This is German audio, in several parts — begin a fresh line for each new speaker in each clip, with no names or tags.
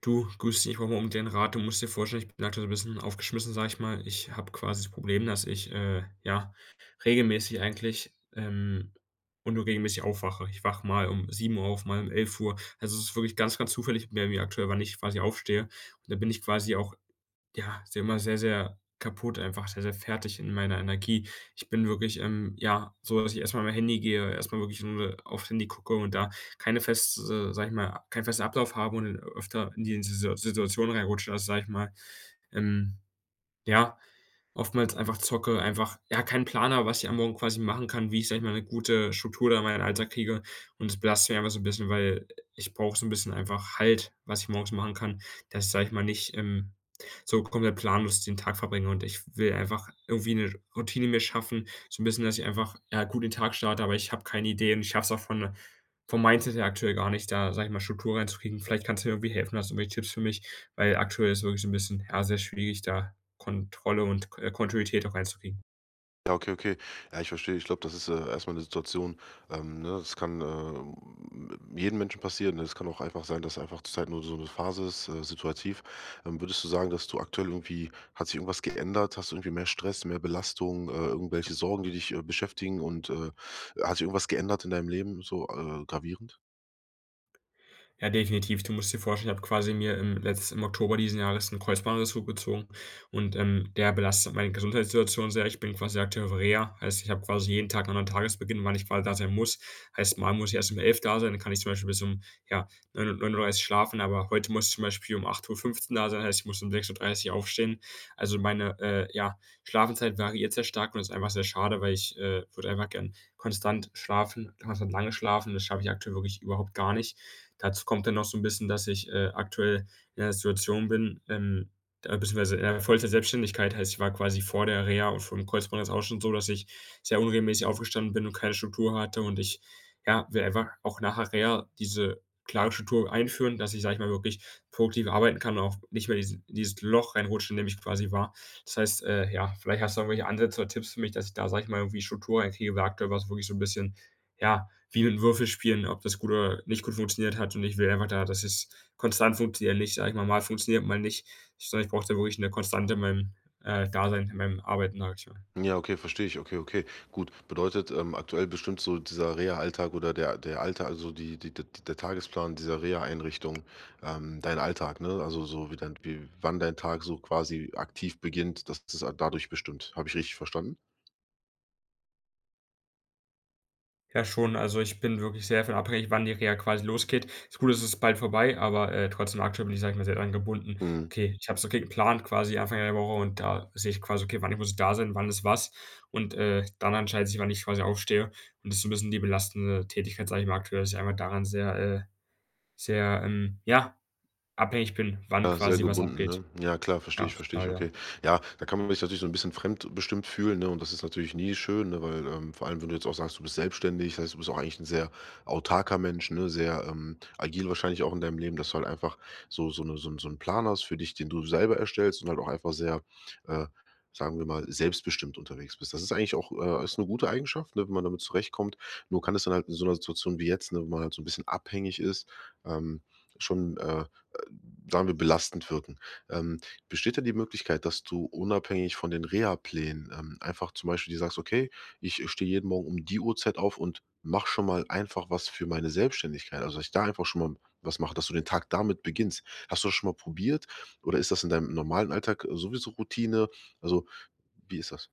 Du, grüß dich, ich brauche mal um den Rat. Du musst dir vorstellen, ich bin aktuell so ein bisschen aufgeschmissen, sage ich mal. Ich habe quasi das Problem, dass ich, ja, regelmäßig eigentlich, und nur regelmäßig aufwache. Ich wache mal um 7 Uhr auf, mal um 11 Uhr. Also, es ist wirklich ganz, ganz zufällig bei mir aktuell, wann ich quasi aufstehe. Und da bin ich quasi auch ja, ist ja immer sehr, sehr kaputt einfach, sehr, sehr fertig in meiner Energie. Ich bin wirklich, ja, so, dass ich erstmal mein Handy gehe, erstmal wirklich nur aufs Handy gucke und da keine feste sag ich mal, keinen festen Ablauf habe und dann öfter in die Situation reinrutsche, dass, sage ich mal, ähm, ja, oftmals einfach zocke, einfach ja, keinen Plan habe, was ich am Morgen quasi machen kann, wie ich, sage ich mal, eine gute Struktur da in meinen Alltag kriege. Und das belastet mich einfach so ein bisschen, weil ich brauche so ein bisschen einfach Halt, was ich morgens machen kann, dass ich, sage ich mal, nicht, so komplett planlos den Tag verbringe. Und ich will einfach irgendwie eine Routine mir schaffen, so ein bisschen, dass ich einfach, ja, gut in den Tag starte, aber ich habe keine Idee und ich schaffe es auch von vom Mindset her aktuell gar nicht, da, sage ich mal, Struktur reinzukriegen. Vielleicht kannst du mir irgendwie helfen, hast du irgendwelche Tipps für mich? Weil aktuell ist wirklich so 'n bisschen, ja, sehr schwierig, da Kontrolle und Kontinuität auch reinzukriegen.
Ja, okay, okay. Ja, ich verstehe. Ich glaube, das ist, erst mal 'ne Situation, ne, das kann, jedem Menschen passieren, ne? Es kann auch einfach sein, dass einfach zurzeit nur so eine Phase ist, situativ. Würdest du sagen, dass du aktuell irgendwie hat sich irgendwas geändert? Hast du irgendwie mehr Stress, mehr Belastung, irgendwelche Sorgen, die dich, beschäftigen und, hat sich irgendwas geändert in deinem Leben so, gravierend?
Ja, definitiv. Du musst dir vorstellen, ich habe quasi mir im Oktober diesen Jahres einen Kreuzbandriss zugezogen und, der belastet meine Gesundheitssituation sehr. Ich bin quasi aktiv auf Reha, heißt, ich habe quasi jeden Tag 'nen anderen Tagesbeginn, wann ich quasi da sein muss. Heißt, mal muss ich erst um 11 da sein, dann kann ich zum Beispiel bis um, ja, 9 Uhr 9:30 schlafen, aber heute muss ich zum Beispiel um 8:15 Uhr da sein, heißt, ich muss um 6:30 Uhr aufstehen. Also, meine, ja, Schlafenszeit variiert sehr stark und das ist einfach sehr schade, weil ich, würde einfach gern konstant schlafen, konstant lange schlafen. Das schaffe ich aktuell wirklich überhaupt gar nicht. Dazu kommt dann noch so ein bisschen, dass ich, aktuell in 'ner Situation bin, beziehungsweise in 'ner Vollzeit-Selbstständigkeit. Heißt, ich war quasi vor der Reha und vor dem Kreuzband jetzt auch schon so, dass ich sehr unregelmäßig aufgestanden bin und keine Struktur hatte und ich, ja, will einfach auch nach der Reha diese klare Struktur einführen, dass ich, sage ich mal, wirklich produktiv arbeiten kann und auch nicht mehr diesen dieses Loch reinrutschen, in dem ich quasi war. Das heißt, ja, vielleicht hast du irgendwelche Ansätze oder Tipps für mich, dass ich da, sage ich mal, irgendwie Struktur reinkriege, weil aktuell war es wirklich so ein bisschen, ja, wie mit Würfelspielen, ob das gut oder nicht gut funktioniert hat und ich will einfach da, dass es konstant funktioniert, nicht, sage ich mal, mal funktioniert, mal nicht, sondern ich brauche da wirklich eine Konstante in meinem, Dasein, in meinem Arbeiten, sage ich mal.
Ja, okay, verstehe ich. Okay, okay. Gut. Bedeutet, aktuell bestimmt so dieser Reha-Alltag oder der Alltag, also der Tagesplan dieser Reha-Einrichtung, dein Alltag, ne? Also so wie dein, wie wann dein Tag so quasi aktiv beginnt, das ist dadurch bestimmt. Habe ich richtig verstanden?
Ja schon, also ich bin wirklich sehr davon abhängig, wann die Reha quasi losgeht. Ist gut, es ist bald vorbei, aber, trotzdem aktuell bin ich, sage ich mal, sehr dran gebunden.
Mhm.
Okay, ich habe so okay geplant quasi Anfang der Woche und da sehe ich quasi, okay, wann ich muss da sein, wann ist was und, dann entscheidet sich, wann ich quasi aufstehe und das ist so 'n bisschen die belastende Tätigkeit, sage ich mal aktuell, dass ich einfach daran sehr, ja, abhängig bin, wann
Ja, sehr
quasi was
gebunden,
abgeht.
ne? Ja klar,
Ja,
verstehe ich,
total, ja.
okay. Ja, da kann man sich natürlich so ein bisschen fremdbestimmt fühlen, ne, und das ist natürlich nie schön, ne, weil, vor allem, wenn du jetzt auch sagst, du bist selbstständig, das heißt, du bist auch eigentlich ein sehr autarker Mensch, ne, sehr, agil wahrscheinlich auch in deinem Leben, dass du halt einfach so so eine so ein so 'n Plan hast für dich, den du selber erstellst und halt auch einfach sehr, äh, sagen wir mal, selbstbestimmt unterwegs bist. Das ist eigentlich auch, ist 'ne gute Eigenschaft, ne, wenn man damit zurechtkommt. Nur kann es dann halt in so einer Situation wie jetzt, ne, wo man halt so ein bisschen abhängig ist, ähm, schon, sagen wir, belastend wirken. Ähm, besteht denn die Möglichkeit, dass du unabhängig von den Reha-Plänen, einfach zum Beispiel dir sagst: „Okay, ich stehe jeden Morgen um die Uhrzeit auf und mach schon mal einfach was für meine Selbstständigkeit.“ Also, dass ich da einfach schon mal was mache, dass du den Tag damit beginnst. Hast du das schon mal probiert oder ist das in deinem normalen Alltag sowieso Routine? Also, wie ist das?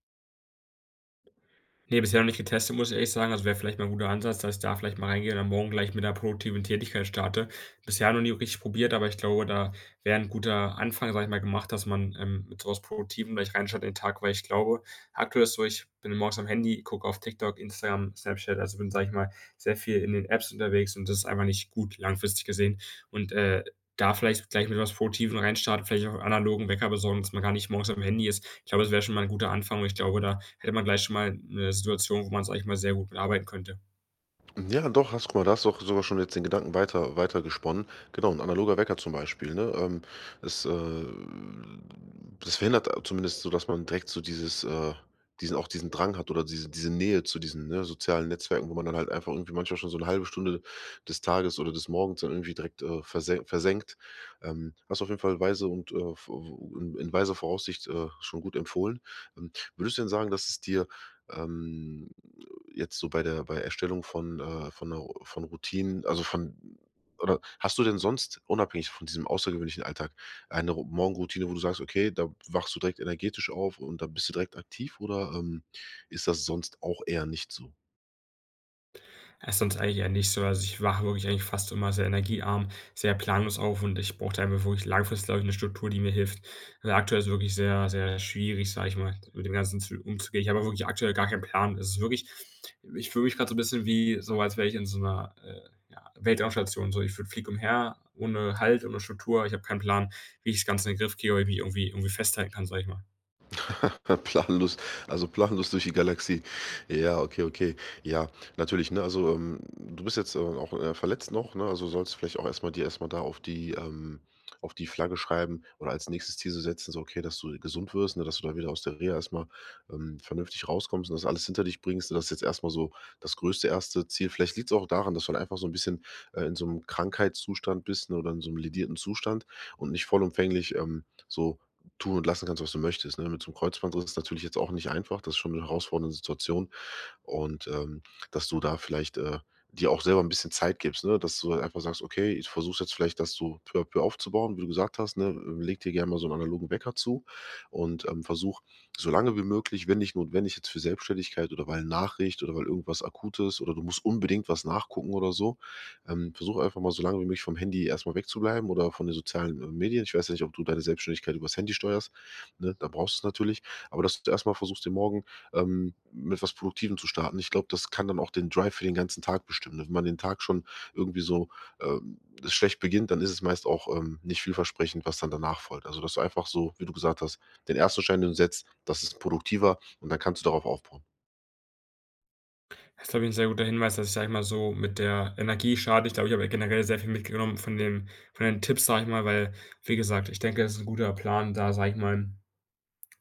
Nee, bisher noch nicht getestet, muss ich ehrlich sagen. Also, wäre vielleicht mal ein guter Ansatz, dass ich da vielleicht mal reingehe und dann morgen gleich mit einer produktiven Tätigkeit starte. Bisher noch nie richtig probiert, aber ich glaube, da wäre ein guter Anfang, sage ich mal, gemacht, dass man, mit so was Produktivem gleich reinschaut in den Tag, weil ich glaube, aktuell ist so, ich bin morgens am Handy, gucke auf TikTok, Instagram, Snapchat, also bin, sage ich mal, sehr viel in den Apps unterwegs und das ist einfach nicht gut langfristig gesehen. Und, da vielleicht gleich mit was Produktivem reinstarten, vielleicht auch einen analogen Wecker besorgen, dass man gar nicht morgens am Handy ist. Ich glaube, das wäre schon mal ein guter Anfang und ich glaube, da hätte man gleich schon mal 'ne Situation, wo man sage ich mal sehr gut bearbeiten könnte.
Ja, doch, hast guck mal, da hast du auch sogar schon jetzt den Gedanken weiter gesponnen. Genau, 'n analoger Wecker zum Beispiel, ne? Es, das verhindert zumindest so, dass man direkt so dieses, diesen auch diesen Drang hat oder diese Nähe zu diesen, ne, sozialen Netzwerken, wo man dann halt einfach irgendwie manchmal schon so eine halbe Stunde des Tages oder des Morgens dann irgendwie direkt, versenkt. Hast du auf jeden Fall weise und, in weiser Voraussicht, schon gut empfohlen. Ähm, würdest du denn sagen, dass es dir, ähm jetzt so bei der bei Erstellung von 'ner von Routinen, also von oder hast du denn sonst, unabhängig von diesem außergewöhnlichen Alltag, eine Ro Morgenroutine, wo du sagst: „Okay, da wachst du direkt energetisch auf und da bist du direkt aktiv“, oder, ist das sonst auch eher nicht so?
Ist sonst eigentlich eher nicht so. Also, ich wache wirklich eigentlich fast immer sehr energiearm, sehr planlos auf und ich brauche da einfach wirklich langfristig, glaube ich, 'ne Struktur, die mir hilft. Weil aktuell ist wirklich sehr, sehr schwierig, sage ich mal, mit dem Ganzen zu umzugehen. Ich habe wirklich aktuell gar keinen Plan. Es ist wirklich ich fühle mich grad so 'n bisschen wie so, als wäre ich in so 'ner, ja, Weltraumstation. So, ich würde fliege umher ohne Halt, ohne Struktur. Ich habe keinen Plan, wie ich das Ganze in den Griff kriege oder wie irgendwie festhalten kann, sage ich mal.
Planlos, also planlos durch die Galaxie. Ja, okay, okay. Ja, natürlich, ne? Also, du bist jetzt, auch, verletzt noch, ne? Also, sollst vielleicht auch erstmal dir erstmal da auf die Flagge schreiben oder als nächstes Ziel so setzen, so, okay, dass du gesund wirst, ne, dass du da wieder aus der Reha erstmal vernünftig rauskommst und das alles hinter dich bringst. Das ist jetzt erstmal so das größte erste Ziel. Vielleicht liegt es auch daran, dass du halt einfach so ein bisschen, in so einem Krankheitszustand bist, ne, oder in so einem ledierten Zustand und nicht vollumfänglich, so tun und lassen kannst, was du möchtest, ne? Mit so einem Kreuzbandriss ist natürlich jetzt auch nicht einfach. Das ist schon eine herausfordernde Situation. Und, dass du da vielleicht, dir auch selber ein bisschen Zeit gibst, ne, dass du einfach sagst: „Okay, ich versuche jetzt vielleicht das so peu à peu aufzubauen“, wie du gesagt hast, ne? Leg dir gerne mal so einen analogen Wecker zu und, versuch so lange wie möglich, wenn nicht notwendig jetzt für Selbstständigkeit oder weil Nachricht oder weil irgendwas Akutes oder du musst unbedingt was nachgucken oder so, versuch einfach mal so lange wie möglich vom Handy erstmal wegzubleiben oder von den sozialen, Medien. Ich weiß ja nicht, ob du deine Selbstständigkeit übers Handy steuerst, ne? Da brauchst du's natürlich. Aber dass du erstmal versuchst, den morgen mit was Produktivem zu starten. Ich glaube, das kann dann auch den Drive für den ganzen Tag bestimmen. Wenn man den Tag schon irgendwie so, ähm, schlecht beginnt, dann ist es meist auch, nicht vielversprechend, was dann danach folgt. Also, dass du einfach so, wie du gesagt hast, den ersten Stein, den du setzt, das ist produktiver und dann kannst du darauf aufbauen.
Das ist, glaube ich, 'n sehr guter Hinweis, dass ich, sage ich mal so, mit der Energie schade. Ich glaube, ich habe ja generell sehr viel mitgenommen von deinen Tipps, sage ich mal, weil, wie gesagt, ich denke, das ist ein guter Plan, da, sage ich mal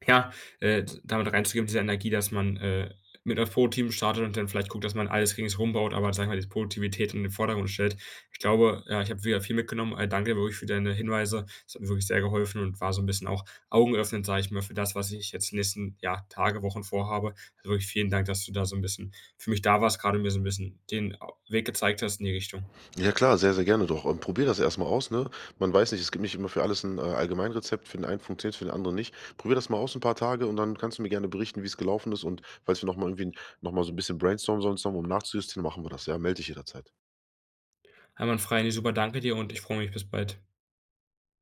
ja, damit reinzugeben, diese Energie, dass man, mit einem Pro-Team startet und dann vielleicht guckt, dass man alles ringsherum baut, aber sage ich mal, diese Produktivität in den Vordergrund stellt. Ich glaube, ja, ich habe wieder viel mitgenommen. Danke wirklich für deine Hinweise. Es hat mir wirklich sehr geholfen und war so ein bisschen auch augenöffnend, sage ich mal, für das, was ich jetzt die nächsten, ja, Tage, Wochen vorhabe. Also, wirklich vielen Dank, dass du da so ein bisschen für mich da warst, gerade mir so ein bisschen den Weg gezeigt hast in die Richtung.
Ja klar, sehr, sehr gerne doch. Probier das erstmal aus, ne? Man weiß nicht, es gibt nicht immer für alles ein Allgemeinrezept. Für den einen funktioniert es, für den anderen nicht. Probier das mal aus ein paar Tage und dann kannst du mir gerne berichten, wie es gelaufen ist. Und falls wir nochmal irgendwie nochmal so ein bisschen brainstormen sollen, zusammen, um nachzujustieren, machen wir das. Ja, melde dich jederzeit.
Einwandfrei, ne, super, danke dir und ich freue mich. Bis bald.